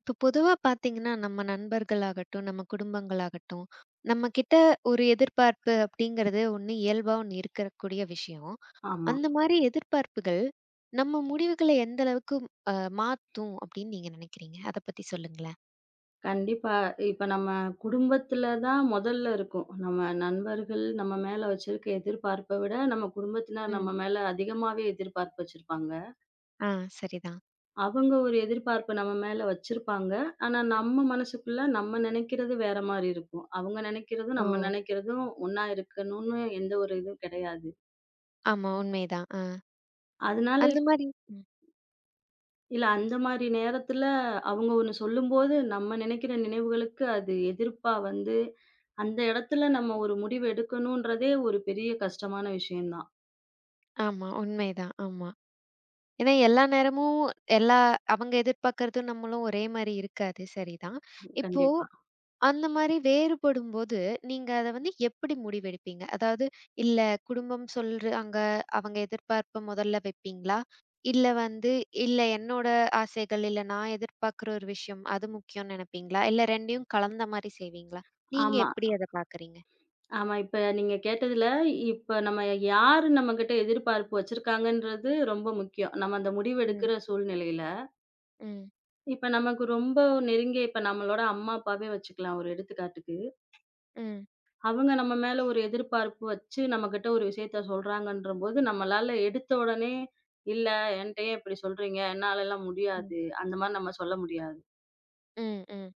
இப்போ பொதுவா பார்த்தீங்கன்னா, நம்ம நண்பர்களாகட்டும், நம்ம குடும்பங்களாகட்டும், நம்ம கிட்ட ஒரு எதிர்பார்ப்பு அப்படிங்கிறது ஒண்ணு இயல்பா ஒண்ணு இருக்கக்கூடிய விஷயம். ஆமா. அந்த மாரி எதிர்பார்ப்புகள் நம்ம முடிவுகள எந்த அளவுக்கு அ மாத்தும் அப்படின்னு நீங்க நினைக்கிறீங்க? அத பத்தி சொல்லுங்களேன். கண்டிப்பா. இப்ப நம்ம குடும்பத்துல தான் முதல்ல இருக்கும். நம்ம நண்பர்கள் நம்ம மேல வச்சிருக்க எதிர்பார்ப்ப விட, நம்ம குடும்பத்தினர் நம்ம ம். மேல அதிகமாவே எதிர்பார்ப்பு வச்சிருப்பாங்க. ஆ சரிதான். அவங்க ஒரு எதிர்பார்ப்பு நம்ம மேல வச்சிருப்பாங்க. ஆனா, நம்ம மனசுக்குள்ள நம்ம நெனைக்கிறது வேற மாரி இருக்கும். அவங்க நெனைக்கிறதும், ஓ! நம்ம நெனைக்கிறதும் ஒண்ணா இருக்கணும்னு எந்த ஒரு இதுவும் கிடையாது. ஆமா உண்மைதான். ஆ அதனால அந்த மாரி ம். இல்ல அந்த மாரி நேரத்துல அவங்க ஒண்ணு சொல்லும்போது, நம்ம நினைக்கிற நினைவுகளுக்கு அது எதிர்ப்பா வந்து, அந்த இடத்துல நம்ம ஒரு முடிவு எடுக்கணும்ன்றதே ஒரு பெரிய கஷ்டமான விஷயம் தான். ஆமா உண்மைதான். ஆமா. ஏன்னா எல்லா நேரமும் எல்லா அவங்க எதிர்பார்க்கறதும் நம்மளும் ஒரே மாரி இருக்காது. சரிதான். இப்போ கண்டிப்பா. அந்த மாரி வேறுபடும்போது, நீங்க அத வந்து எப்படி முடிவெடுப்பீங்க? அதாவது, இல்ல குடும்பம் சொல்றாங்க, அவங்க எதிர்பார்ப்ப முதல்ல வைப்பீங்களா? இல்ல வந்து, இல்ல என்னோட ஆசைகள், இல்ல நான் எதிர்பார்க்குற ஒரு விஷயம், அது முக்கியம்னு நெனைப்பீங்களா? இல்ல 2யும் கலந்த மாரி செய்வீங்களா? நீங்க ஆமா, எப்படி அத பார்க்குறீங்க? ஆமா. இப்ப நீங்க கேட்டதுல, இப்ப நம்ம யாரு நம்மகிட்ட எதிர்பார்ப்பு வச்சிருக்காங்கன்றது ரொம்ப முக்கியம். நம்ம அந்த முடிவு ம், எடுக்கிற சூழ்நிலையில. ம், இப்ப நமக்கு ரொம்ப நெருங்கிய இப்ப நம்மளோட அம்மா, அப்பாவே வச்சுக்கலாம் ஒரு எடுத்துக்காட்டுக்கு. ம், அவங்க நம்ம மேல ஒரு எதிர்பார்ப்பு வச்சு நம்மகிட்ட ஒரு விஷயத்த சொல்றாங்கன்றபோது, நம்மளால எடுத்த உடனே, "இல்ல என்ட்ட ஏன் இப்படி சொல்றீங்க? என்னாலலாம் ம், முடியாது." அந்த மாரி நம்ம சொல்ல முடியாது. ம், ம்.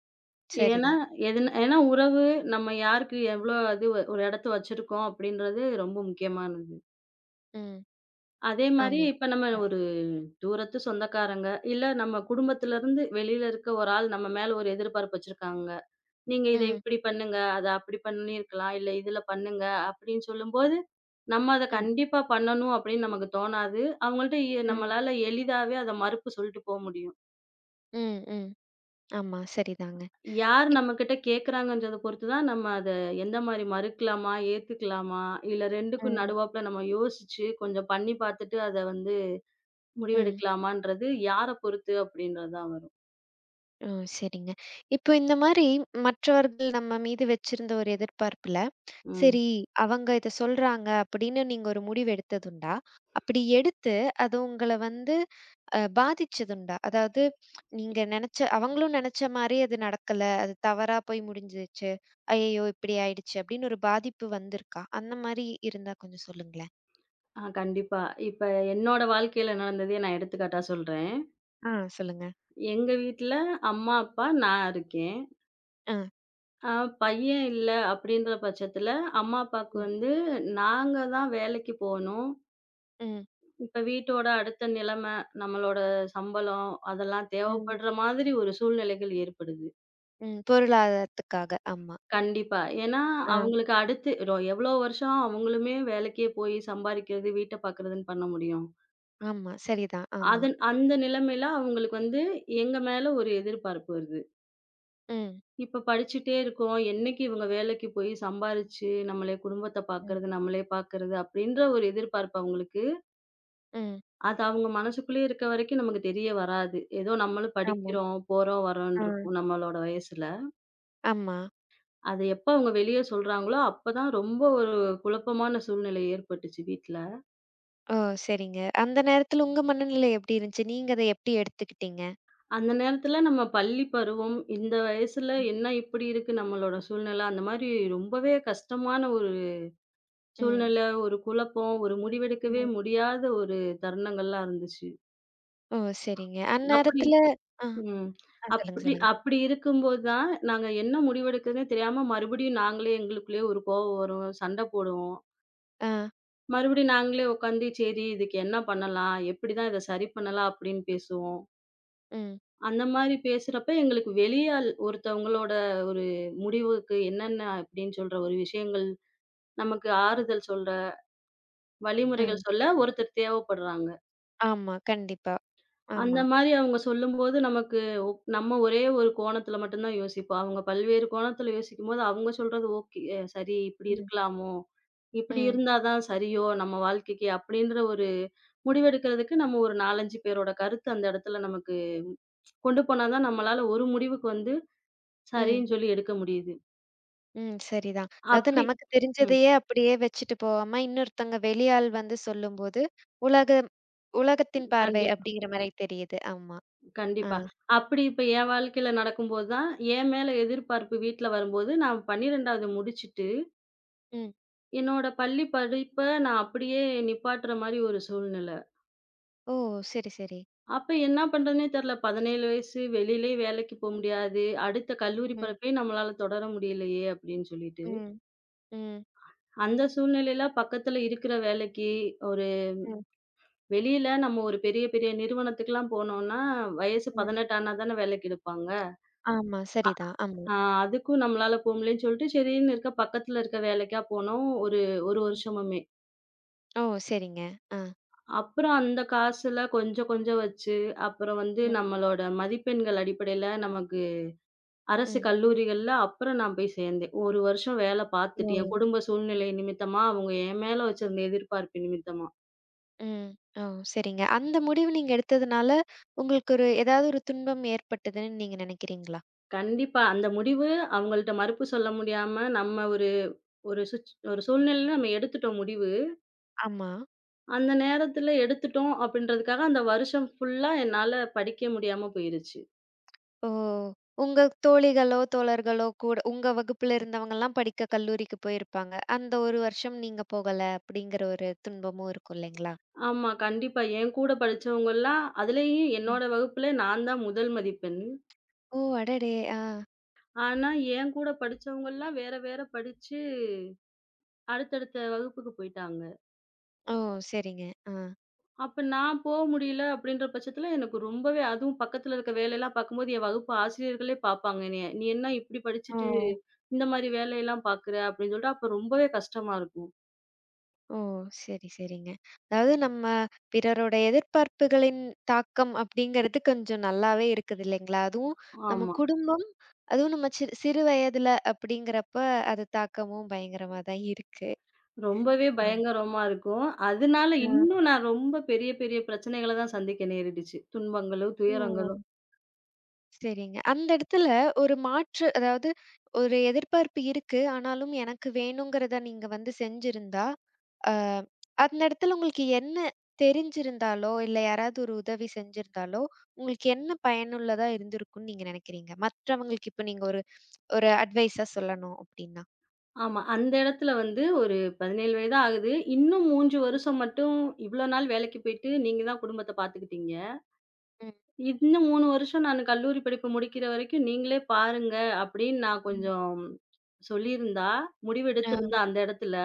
ஏன்னா, சரிதான். எதுனா ஏன்னா உறவு நம்ம யாருக்கு எவ்வளோ இது ஒரு இடத்த வச்சிருக்கோம் அப்படின்றது ரொம்ப முக்கியமானது. ம். அதே மாரி ஆமா. இப்ப நம்ம கண்டிப்பா. ஒரு தூரத்து சொந்தக்காரங்க, இல்ல நம்ம குடும்பத்திலருந்து வெளியில இருக்க ஒரு ஆள் நம்ம மேல ஒரு எதிர்பார்ப்பு வச்சிருக்காங்க. நீங்க இத ம், இப்படி பண்ணுங்க. அத அப்படி பண்ணியிருக்கலாம். இல்ல இதுல பண்ணுங்க அப்படின்னு சொல்லும்போது, நம்ம அத ம், கண்டிப்பா பண்ணணும் அப்படின்னு நமக்கு தோணாது. அவங்கள்ட்ட ம், நம்மளால எளிதாவே அத மறுப்பு சொல்லிட்டு போ முடியும். ம், ம். ஆமா, சரிதாங்க. யார் இப் நம்மகிட்ட கேட்கறாங்கன்றத பொறுத்து தான் நம்ம அத எந்த மாரி மறுக்கலாமா, ஏத்துக்கலாமா, இல்ல 2க்கும் ம், நடுவாப்புல நம்ம யோசிச்சு கொஞ்சம் பண்ணி பார்த்துட்டு அத வந்து ம். முடிவெடுக்கலாமான்றது யார பொறுத்து அப்படின்றது தான் வரும். ஓ! சரிங்க. இப்போ இந்த மாரி மற்றவர்கள் நம்ம மீது வச்சிருந்த ஒரு எதிர்பார்ப்புல, ம். சரி அவங்க இத சொல்றாங்க அப்படின்னு நீங்க ஒரு முடிவு எடுத்ததுண்டா? அப்படி எடுத்து அது உங்கள வந்து பாதிச்சதுண்டா? அதாவது நீங்க நெனச்ச அவங்களும் நெனச்ச மாரி அது நடக்கல. அது தவறா போய் முடிஞ்சிருச்சு. ஐயய்யோ! இப்படி ஆயிடுச்சு அப்படின்னு ஒரு பாதிப்பு வந்திருக்கா? அந்த மாரி இருந்தா கொஞ்சம் சொல்லுங்களேன். ஆ கண்டிப்பா. இப்ப என்னோட வாழ்க்கையில நடந்ததே நான் எடுத்துக்காட்டா சொல்றேன். ஆ சொல்லுங்க. எங்க வீட்ல அம்மா, அப்பா, நான் இருக்கேன். ஆ. அ பையன் இல்ல அப்படின்ற பட்சத்துல, அம்மா, அப்பாவுக்கு ம். வந்து நாங்க தான் வேலைக்கு போணும். ம். இப்ப வீட்டோட அடுத்த நிலைமை, நம்மளோட சம்பளம் அதெல்லாம் ம். தேவைப்படுற மாதிரி ஒரு சூழ்நிலைகள் ஏற்படுது. ம். பொருளாதாரத்துக்காக. ஆமா. கண்டிப்பா. ஏன்னா, ஆ. அவங்களுக்கு அடுத்து எவ்வளோ வருஷம் அவங்களுமே வேலைக்கே போய் சம்பாரிக்கிறது, வீட்ட பார்க்கறதுன்னு பண்ண முடியும். ஆமா. சரிதான். ஆமா. அதன் அந்த நிலைமையில அவங்களுக்கு வந்து எங்க மேல ஒரு எதிர்பார்ப்பு வருது. ம். இப்ப படிச்சுட்டே இருக்கோம். என்னைக்கு இவங்க வேலைக்கு போய் சம்பாரிச்சு, நம்மளே குடும்பத்த ம். பார்க்கறது, நம்மளே பார்க்கறது அப்படின்ற ஒரு எதிர்பார்ப்பு அவங்களுக்கு. ம். அது அவங்க மனசுக்குள்ளேயே இருக்க வரைக்கும் நமக்கு தெரிய வராது. ஏதோ நம்மளும் ஆமா. படிக்கிறோம், போறோம், வரோம்ன்னு ஆ. இருக்கும் நம்மளோட வயசுல. ஆமா. அத எப்ப அவங்க வெளிய சொல்றாங்களோ, அப்பதான் ரொம்ப ஒரு குழப்பமான சூழ்நிலை ஏற்பட்டுச்சு வீட்ல. ஓ! சரிங்க. அந்த நேரத்துல உங்க மனநிலை எப்படி இருந்துச்சு? நீங்க அத எப்படி எடுத்துக்கிட்டீங்க? அந்த நேரத்துல நம்ம பள்ளி பருவம், இந்த வயசுல என்ன இப்படி இருக்கு நம்மளோட சூழ்நிலை, அந்த மாரி ரொம்பவே கஷ்டமான ஒரு ம். சூழ்நிலை, ஒரு குழப்பம், ஒரு முடிவெடுக்கவே ம். முடியாத ஒரு தருணங்கள்லாம் இருந்துச்சு. ஓ! சரிங்க. அப்படி அந்நேரத்துல இப்போ ஆ, ம். ஆ சொல்லுங்க, அப்படி சொல்லுங்க. அப்படி இருக்கும்போது தான், நாங்க என்ன முடிவெடுக்குறதுன்னே தெரியாம மறுபடியும் நாங்களே எங்களுக்குள்ளேயே ஒரு கோவம் வரும், சண்டை போடுவோம். ஆ, மறுபடியும் நாங்களே உட்காந்து, சரி இதுக்கு என்ன பண்ணலாம்? எப்படிதான் இத சரி பண்ணலாம்? அப்படின்னு பேசுவோம். ம், அந்த மாரி பேசுறப்ப எங்களுக்கு வெளியாள் ஒருத்தவங்களோட ஒரு முடிவுக்கு என்னென்ன அப்படின்னு சொல்ற ஒரு விஷயங்கள், நமக்கு ஆறுதல் சொல்ற வழிமுறைகள் ம். சொல்ல ஒருத்தர் தேவைப்படுறாங்க. ஆமா, கண்டிப்பா. அந்த ஆமா. மாரி அவங்க சொல்லும்போது நமக்கு நம்ம ஒரே ஒரு கோணத்துல மட்டும் தான் யோசிப்போம். அவங்க பல்வேறு கோணத்துல யோசிக்கும்போது, அவங்க சொல்றது ஓகே சரி இப்படி ம். இருக்கலாமோ! இப்படி ம், இருந்தா தான் சரியோ! நம்ம வாழ்க்கைக்கு அப்படின்ற ஒரு முடிவெடுக்கிறதுக்கு நம்ம ஒரு 4, 5 பேரோட கருத்து அந்த இடத்துல நமக்கு கொண்டு போனா தான் நம்மளால ஒரு முடிவுக்கு வந்து ம், சரின்னு சொல்லி எடுக்க முடியுது. ம். சரிதான். அதாவது அப்படி நமக்கு ம். தெரிஞ்சதையே அப்படியே வச்சுட்டு போகாம, இன்னொருத்தங்க வெளியாள் வந்து சொல்லும்போது, உலகம் உலகத்தின் பார்வை கண்டிப்பா, அப்படிங்கிற மாரி தெரியுது. ஆமா. ஆ, கண்டிப்பா. அப்படி இப்ப என் வாழ்க்கையில நடக்கும்போது தான், என் மேல எதிர்பார்ப்பு வீட்ல வரும்போது, நான் 12வது முடிச்சுட்டு ம். என்னோட பள்ளி படிப்ப நான் அப்படியே நிப்பாட்டுற மாரி ஒரு சூழ்நிலை. ஓ! சரி, சரி. அப்ப என்ன பண்றதுன்னே தெரியல. 17 வயசு வெளியிலயும் வேலைக்கு போ ம். முடியாது. அடுத்த கல்லூரி ம், படிப்பையும் நம்மளால தொடர முடியலையே அப்படின்னு சொல்லிட்டு. ம். ம். அந்த சூழ்நிலையில பக்கத்துல இருக்கிற வேலைக்கு ஒரு ம். வெளியில நம்ம ஒரு பெரிய பெரிய நிறுவனத்துக்குலாம் போனோம்னா, வயசு ம். 18 ஆனா தானே வேலைக்கு எடுப்பாங்க. ஆமா. சரிதான். ஆமா. ஆ அதுக்கும் நம்மளால போ முடியலன்னு சொல்லிட்டு சரின்னு இருக்க பக்கத்துல இருக்க வேலைக்கா போனோம். ஒரு 1 வருஷமுமே. ஓ! சரிங்க. ஆ. அப்புறம் அந்த காசுல கொஞ்சம் கொஞ்சம் வச்சு, அப்புறம் வந்து ம். நம்மளோட மதிப்பெண்கள் அடிப்படையில நமக்கு அரசு ம். கல்லூரிகள்ல அப்புறம் நான் போய் சேர்ந்தேன். 1 வருஷம் வேலை ஓ! பார்த்துட்டு, என் குடும்ப சூழ்நிலை நிமித்தமா, அவங்க என் மேல வச்சிருந்த எதிர்பார்ப்பு நிமித்தமா. ம். ஓ! சரிங்க. அந்த முடிவு நீங்க எடுத்ததுனால, உங்களுக்கு ஒரு ஏதாவது ஒரு துன்பம் ஏற்பட்டதுன்னு நீங்க நினைக்கிறீங்களா? கண்டிப்பா அந்த முடிவு அவங்கள்ட்ட மறுப்பு சொல்ல முடியாம, நம்ம ஒரு ஒரு சுச் ஒரு சூழ்நிலையில நம்ம எடுத்துட்டோம் முடிவு. ஆமா. அந்த நேரத்துல எடுத்துட்டோம் அப்படின்றதுக்காக, அந்த வருஷம் ஃபுல்லா என்னால படிக்க முடியாம போயிருச்சு. ஓ! உங்க தோழிகளோ, தோழர்களோ கூட உங்க வகுப்புல இருந்தவங்கலாம் படிக்க கல்லூரிக்கு போயிருப்பாங்க. அந்த 1 வருஷம் நீங்க போகல அப்படிங்கிற ஒரு துன்பமும் இருக்கும் இல்லைங்களா? ஆமா. கண்டிப்பா. என் கூட படிச்சவங்கலாம் அதுலயும் என்னோட ம். வகுப்புல நான் தான் முதல் மதிப்பெண். ஓ! அடடே! ஆ. ஆனா, என் கூட படிச்சவங்கலாம் வேற வேற படிச்சு அடுத்தடுத்த வகுப்புக்கு போயிட்டாங்க. ஓ! சரிங்க. ஆ. அப்ப நான் போ முடியல அப்படின்ற பட்சத்துல எனக்கு ரொம்பவே அதுவும் பக்கத்துல இருக்க வேலையெல்லாம் பார்க்கும்போது என் வகுப்பு ஆசிரியர்களே பார்ப்பாங்க என்னைய. "நீ என்ன இப்படி ஓ! படிச்சுட்டு இந்த மாரி வேலையெல்லாம் பார்க்குற?" அப்படின்னு சொல்லிட்டு அப்ப ரொம்பவே கஷ்டமா இருக்கும். ஓ! சரி, சரிங்க. அதாவது நம்ம பிறரோட எதிர்பார்ப்புகளின் தாக்கம் அப்படிங்கிறது கொஞ்சம் நல்லாவே இருக்குது இல்லைங்களா? அதுவும் நம்ம ஆமா. குடும்பம், அதுவும் நம்ம சிறு வயதுல அப்படிங்கிறப்ப அது தாக்கமும் பயங்கரமா தான் இருக்கு. ரொம்பவே ஆம். பயங்கரமா இருக்கும். அதனால ஆ. இன்னும் நான் ரொம்ப பெரிய பெரிய பிரச்சனைகள தான் சந்திக்க நேரிடுச்சு. துன்பங்களும், துயரங்களும். ஓ! சரிங்க. அந்த இடத்துல ஒரு மாற்று அதாவது ஒரு எதிர்பார்ப்பு இருக்கு. ஆனாலும் எனக்கு வேணுங்கிறத நீங்க வந்து செஞ்சிருந்தா, அ அந்த இடத்துல உங்களுக்கு என்ன தெரிஞ்சிருந்தாலோ, இல்ல யாராவது ஒரு உதவி செஞ்சிருந்தாலோ, உங்களுக்கு என்ன பயனுள்ளதா இருந்திருக்கும்னு நீங்க நினைக்கிறீங்க? மற்றவங்களுக்கு இப்ப நீங்க ஒரு ஒரு அட்வைஸா சொல்லணும் அப்டின்னா? ஆமா. அந்த இடத்துல வந்து ஒரு 17 வயதா ஆகுது. இன்னும் 3 வருஷம் மட்டும் இவ்ளோ நாள் வேலைக்கு போயிட்டு நீங்க தான் குடும்பத்த பார்த்துக்கிட்டீங்க. ம், ம், இன்னும் 3 வருஷம் நான் கல்லூரி படிப்பு முடிக்கிற வரைக்கும் நீங்களே பாருங்க அப்படின்னு நான் ம். கொஞ்சம் சொல்லியிருந்தா, ஆ, முடிவெடுத்திருந்தா அந்த இடத்துல,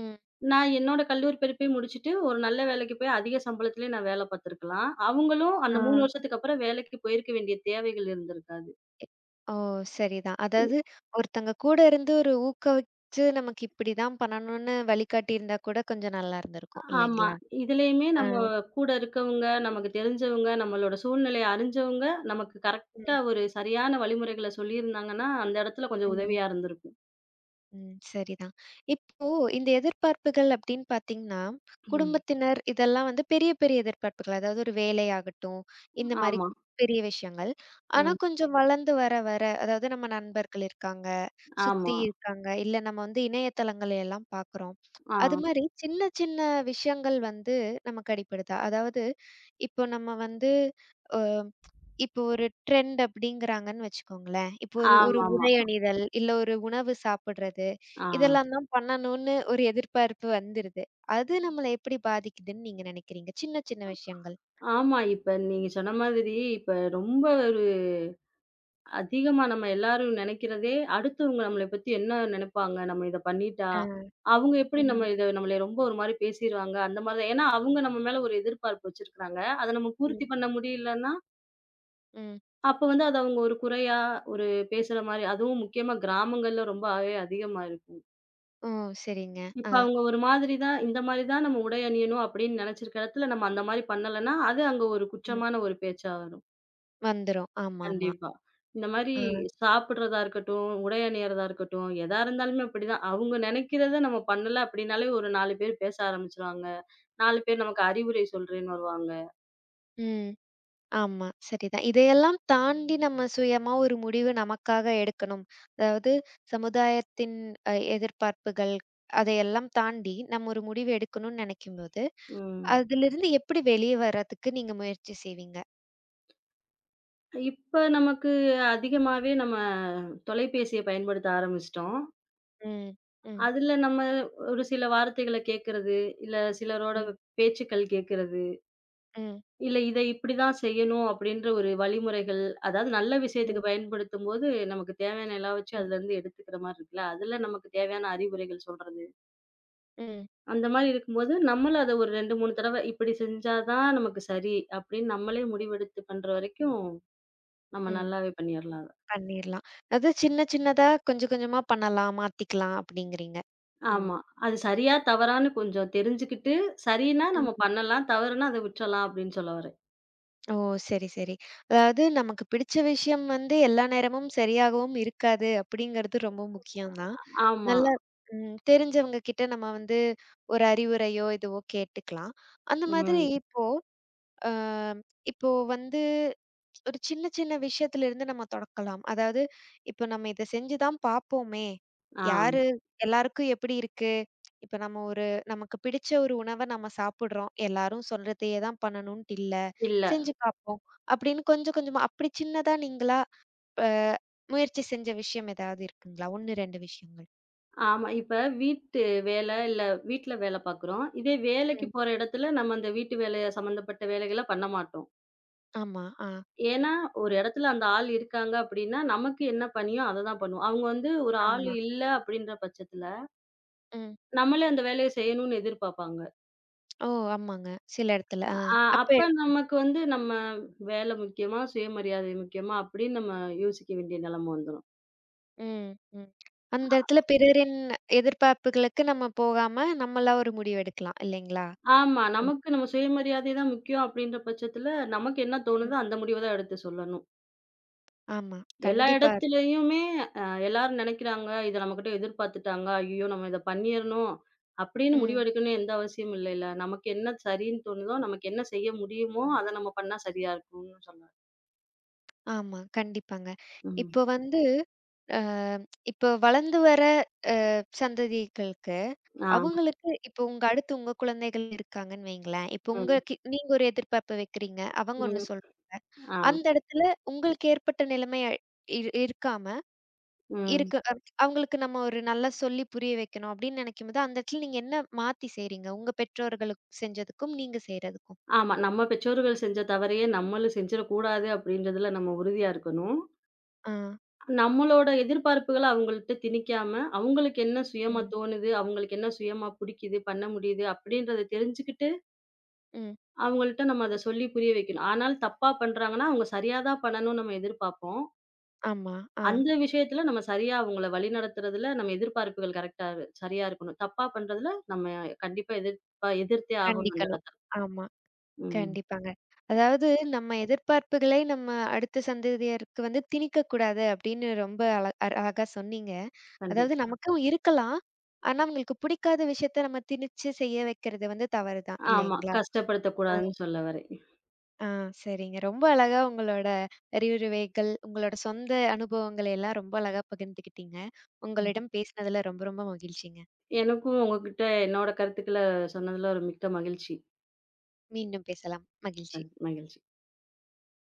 ம். நான் என்னோட கல்லூரி படிப்பையும் முடிச்சுட்டு ஒரு நல்ல வேலைக்கு போய் அதிக சம்பளத்திலே நான் வேலை பார்த்திருக்கலாம். அவங்களும் ஆ. அந்த 3 வருஷத்துக்கு அப்புறம் வேலைக்கு போயிருக்க வேண்டிய தேவைகள் இருந்திருக்காது. எ ஓ! சரிதான். அதாவது ஒருத்தங்க கூட இருந்து ஒரு ஊக்குவிச்சு நமக்கு இப்டிதான் பண்ணணும்னு வழிகாட்டியிருந்தா கூட கொஞ்சம் நல்லா இருந்திருக்கும் ஆமா. இல்லைங்களா? இதுலயுமே ஆ. நம்ம கூட இருக்கவங்க, நமக்கு தெரிஞ்சவங்க, நம்மளோட சூழ்நிலைய அறிஞ்சவங்க, நமக்கு கரெக்ட்டா ம். ஒரு சரியான வழிமுறைகள சொல்லியிருந்தாங்கன்னா, அந்த இடத்துல ம், கொஞ்சம் ம். உதவியா இருந்திருக்கும். ம். சரிதான். இப்போ இந்த எதிர்பார்ப்புகள் அப்படின்னு பார்த்தீங்கன்னா, ம். குடும்பத்தினர் இதெல்லாம் வந்து பெரிய, பெரிய எதிர்பார்ப்புகள். அதாவது ஒரு வேலையாகட்டும், இந்த மாரி ஆமா. பெரிய விஷயங்கள். ஆனா ம். கொஞ்சம் வளர்ந்து வர, வர அதாவது நம்ம நண்பர்கள் இருக்காங்க, சுத்தி ஆமா. இருக்காங்க, இல்ல நம்ம வந்து இணையதளங்களை எல்லாம் பார்க்குறோம். ஆ. அது மாரி சின்ன, சின்ன விஷயங்கள் வந்து நமக்கு அடிபடுதா? அதாவது இப்போ நம்ம வந்து அ இப்போ ஒரு ட்ரெண்ட் அப்படிங்கிறாங்கன்னு வச்சுக்கோங்களேன். இப்போ ஒரு ஒரு ஆமாமா. உடை அணிதல், இல்ல ஒரு உணவு சாப்பிடுறது, ஆ. இதெல்லாம் தான் பண்ணணும்னு ஒரு எதிர்பார்ப்பு வந்துருது. அது நம்மள எப்படி பாதிக்குதுன்னு நீங்க நினைக்கிறீங்க? சின்ன சின்ன விஷயங்கள். ஆமா. இப்ப நீங்க சொன்ன மாதிரி இப்ப ரொம்ப அதிகமா நம்ம எல்லாரும் நெனைக்கிறதே, அடுத்தவங்க நம்மள பத்தி என்ன நெனைப்பாங்க? நம்ம இத பண்ணிட்டா, ஆ. அவங்க எப்படி ம். நம்ம இத நம்மள ரொம்ப ஒரு மாரி பேசிருவாங்க. அந்த மாரி தான். ஏன்னா, அவங்க நம்ம மேல ஒரு எதிர்பார்ப்பு வச்சிருக்காங்க. அத நம்ம பூர்த்தி ம். பண்ண முடியலன்னா, ம். அப்ப வந்து அது அவங்க ஒரு குறையா, ஒரு பேசுற மாரி அதுவும் முக்கியமா கிராமங்கள்ல ரொம்பவே அதிகமா இருக்கும். ஓ! சரிங்க. இப்ப ஆ. அவங்க ஒரு மாதிரி தான் இந்த மாரி தான் நம்ம உடை அணியணும் அப்படின்னு நெனைச்சிருக்க இடத்துல, நம்ம அந்த மாரி பண்ணலன்னா, அது அங்க ஒரு ம். குற்றமான ஒரு பேச்சா வரும். வந்துரும். ஆமாமா. கண்டிப்பா. இந்த மாரி ஆ. சாப்பிடுறதா இருக்கட்டும், உடை அணியறதா இருக்கட்டும், எதா இருந்தாலுமே அப்படிதான். அவங்க நெனைக்கிறத நம்ம பண்ணல அப்படின்னாலே ஒரு 4 பேர் பேச ஆரம்பிச்சுருவாங்க. 4 பேர் நமக்கு அறிவுரை சொல்றேன்னு வருவாங்க. ம். ஆமா, சரிதான். இதையெல்லாம் தாண்டி நம்ம சுயமா ஒரு முடிவு நமக்காக எடுக்கணும். அதாவது சமுதாயத்தின் எதிர்பார்ப்புகள் அதையெல்லாம் தாண்டி நம்ம ஒரு முடிவு எடுக்கணும்னு நினைக்கும்போது, ம். அதிலிருந்து எப்படி வெளிய வர்றதுக்கு நீங்க முயற்சி செய்வீங்க? இப்ப நமக்கு அதிகமாவே நம்ம தொலைபேசிய பயன்படுத்த ஆரம்பிச்சுட்டோம். ம், ம், அதுல நம்ம ஒரு சில வார்த்தைகள கேட்கறது, இல்ல சிலரோட ம். பேச்சுக்கள் கேட்கறது, ம், இல்ல இத இப்படிதான் செய்யணும் அப்படின்ற ஒரு வழிமுறைகள், அதாவது நல்ல ம், விஷயத்துக்கு பயன்படுத்தும்போது, நமக்கு தேவையான எல்லாம் வச்சு ம். அதுலருந்து எடுத்துக்கிற மாரி இருக்குல்ல. அதுல நமக்கு தேவையான அறிவுரைகள் சொல்றது. ம், அந்த மாரி இருக்கும்போது, நம்மளும் அத ஒரு 2, 3 தடவ இப்படி செஞ்சா தான் நமக்கு சரி, அப்படின்னு நம்மளே முடிவெடுத்து பண்ற வரைக்கும், நம்ம ம். நல்லாவே பண்ணிறலாம் அத. பண்ணிரலாம். அது சின்ன சின்னதா கொஞ்சம் கொஞ்சமா பண்ணலாம், மாத்திக்கலாம் அப்படிங்கிறீங்க. ம். ஆமா. அது சரியா, தவறான்னு கொஞ்சம் தெரிஞ்சுக்கிட்டு, சரின்னா நம்ம பண்ணலாம், தவறுனா அத விட்டுறலாம் அப்படின்னு சொல்ல வரேன். ஓ! சரி, சரி. அதாவது நமக்கு பிடிச்ச விஷயம் வந்து எல்லா நேரமும் சரியாகவும் இருக்காது அப்படிங்கிறது ரொம்ப முக்கியம் தான். ஆமா. நல்லா தெரிஞ்சவங்க கிட்ட நம்ம வந்து ஒரு அறிவுரையோ, இதுவோ கேட்டுக்கலாம். அந்த மாதிரி ம். இப்போ ஆ, இப்போ வந்து ஒரு சின்ன சின்ன விஷயத்துல இருந்து நம்ம தொடக்கலாம். அதாவது இப்போ நம்ம இத செஞ்சு தான் பார்ப்போமே! ஆ. யாரு எல்லாருக்கும் எப்படி இருக்கு? இப்ப நம்ம ஒரு நமக்கு பிடிச்ச ஒரு உணவ நம்ம சாப்பிடுறோம். எல்லாரும் சொல்றதையே தான் பண்ணணுன்ட்டு இல்ல. இல்ல. செஞ்சு பார்ப்போம். அப்படின்னு கொஞ்சம் கொஞ்சமா அப்படி சின்னதா நீங்களா அ முயற்சி செஞ்ச விஷயம் ஏதாவது இருக்குங்களா? 1, 2 விஷயங்கள். ஆமா. இப்ப வீட்டு வேல, இல்ல வீட்ல வேல பார்க்குறோம். இதே வேலைக்கு ம். போற இடத்துல நம்ம அந்த வீட்டு வேலைய சம்மந்தப்பட்ட வேலைகள பண்ண மாட்டோம். ஆமா. ஆ. ஏன்னா, ஒரு இடத்துல அந்த ஆள் இருக்காங்க அப்படின்னா, நமக்கு என்ன பணியோ அத தான் பண்ணுவோம். அவங்க வந்து ஒரு ஆள் ஆமா. இல்ல அப்படின்ற பட்சத்துல, ம். நம்மளே அந்த வேலைய செய்யணும்னு எதிர்பார்ப்பாங்க. ஓ! ஆமாங்க. சில இடத்துல. ஆ. அ அப்ப அப்ப நமக்கு வந்து நம்ம வேல முக்கியமா, சுயமரியாதை முக்கியமா அப்படின்னு நம்ம யோசிக்க வேண்டிய நிலைம வந்துரும். ம், ம். அந்த இடத்துல பிறரின் எதிர்பார்ப்புகளுக்கு நம்ம போகாம, நம்மளா ஒரு முடிவு எடுக்கலாம் இல்லைங்களா? ஆமா. ம். நமக்கு நம்ம சுயமரியாதை தான் முக்கியம் அப்படின்ற பட்சத்துல, நமக்கு என்ன ம். தோணுதோ அந்த முடிவ தான் எடுத்து சொல்லணும். ஆமா. எல்லா கண்டிப்பா. இடத்துலயுமே எல்லாரும் நினைக்கிறாங்க, இத நம்மகிட்ட எதிர்பார்த்துட்டாங்க. ஐயய்யோ! நம்ம இத பண்ணிறணும் அப்படின்னு ம். முடிவெடுக்கணும்னு எந்த அவசியமும் இல்லைல்ல. நமக்கு என்ன சரின்னு தோணுதோ, நமக்கு என்ன செய்ய முடியுமோ, அத நம்ம பண்ணா சரியா இருக்கும்னு சொன்னாரு. ஆமா. கண்டிப்பாங்க. ம். இப்போ வந்து அ இப்போ வளர்ந்து வர சந்ததிகளுக்கு, ஆ. அவங்களுக்கு இப்போ உங்க அடுத்து உங்க குழந்தைகள் இருக்காங்கன்னு வைங்களேன். இப்போ உங்க ம். நீங்க ஒரு எதிர்பார்ப்பு வைக்கிறீங்க. அவங்க ஒண்ணு ம். சொல்றாங்க. ஆ. அந்த இடத்துல உங்களுக்கு ஏற்பட்ட நிலைமை இருக்காம ம். இருக்கு. அவங்களுக்கு நம்ம ஒரு நல்லா சொல்லி புரிய வைக்கணும் அப்படின்னு நினைக்கும்போது, அந்த இடத்துல நீங்க என்ன மாத்தி செய்றீங்க? உங்க பெற்றோர்களுக்கு செஞ்சதுக்கும், நீங்க செய்றதுக்கும். ஆமா. நம்ம பெற்றோர்கள் செஞ்ச தவறையே நம்மளும் செஞ்சிடக்கூடாது அப்படின்றதுல நம்ம உறுதியா இருக்கணும். ஆ. நம்மளோட எதிர்பார்ப்புகள அவங்கள்ட்ட திணிக்காம, அவங்களுக்கு என்ன சுயமா ம். தோணுது, அவங்களுக்கு என்ன சுயமா புடிக்குது, பண்ண முடியுது அப்படின்றத தெரிஞ்சுக்கிட்டு ம். அவங்கள்ட்ட நம்ம அத சொல்லி புரிய வைக்கணும். ஆனால் தப்பா பண்றாங்கன்னா, அவங்க சரியா தான் பண்ணணும்னு நம்ம எதிர்பார்ப்போம். ஆமா. ஆ. அந்த விஷயத்துல நம்ம சரியா அவங்கள வழிநடத்துறதுல நம்ம எதிர்பார்ப்புகள் கரெக்ட்டா சரியா இருக்கணும். தப்பா பண்றதுல நம்ம கண்டிப்பா எதிர்ப்பா எதிர்த்தே ஆகணும் அந்த கண்டிக்கணும். இடத்துல. ஆமா. ம். கண்டிப்பாங்க. அதாவது நம்ம எதிர்பார்ப்புகளை நம்ம அடுத்த சந்ததியருக்கு வந்து திணிக்கக்கூடாது அப்படின்னு ரொம்ப அழகா சொன்னீங்க. அதாவது ம். கண்டிப்பா. நமக்கும் இருக்கலாம். ஆனா, அவங்களுக்கு பிடிக்காத விஷயத்த நம்ம திணிச்சு செய்ய வைக்கிறது வந்து தவறு தான் ஆமா. இல்லைங்களா? கஷ்டப்படுத்தக்கூடாதுன்னு சொல்ல வரேன். ஆ சரிங்க. ரொம்ப அழகா உங்களோட அறிவுரைகள், உங்களோட சொந்த அனுபவங்களை எல்லாம் ரொம்ப அழகா பகிர்ந்துக்கிட்டீங்க. ம். உங்களிடம் பேசினதுல ரொம்ப ரொம்ப மகிழ்ச்சிங்க. எனக்கும் உங்ககிட்ட என்னோட கருத்துக்கள சொன்னதுல ஒரு மிக்க மகிழ்ச்சி. மீண்டும் பேசலாம். அ மகிழ்ச்சி. மகிழ்ச்சி.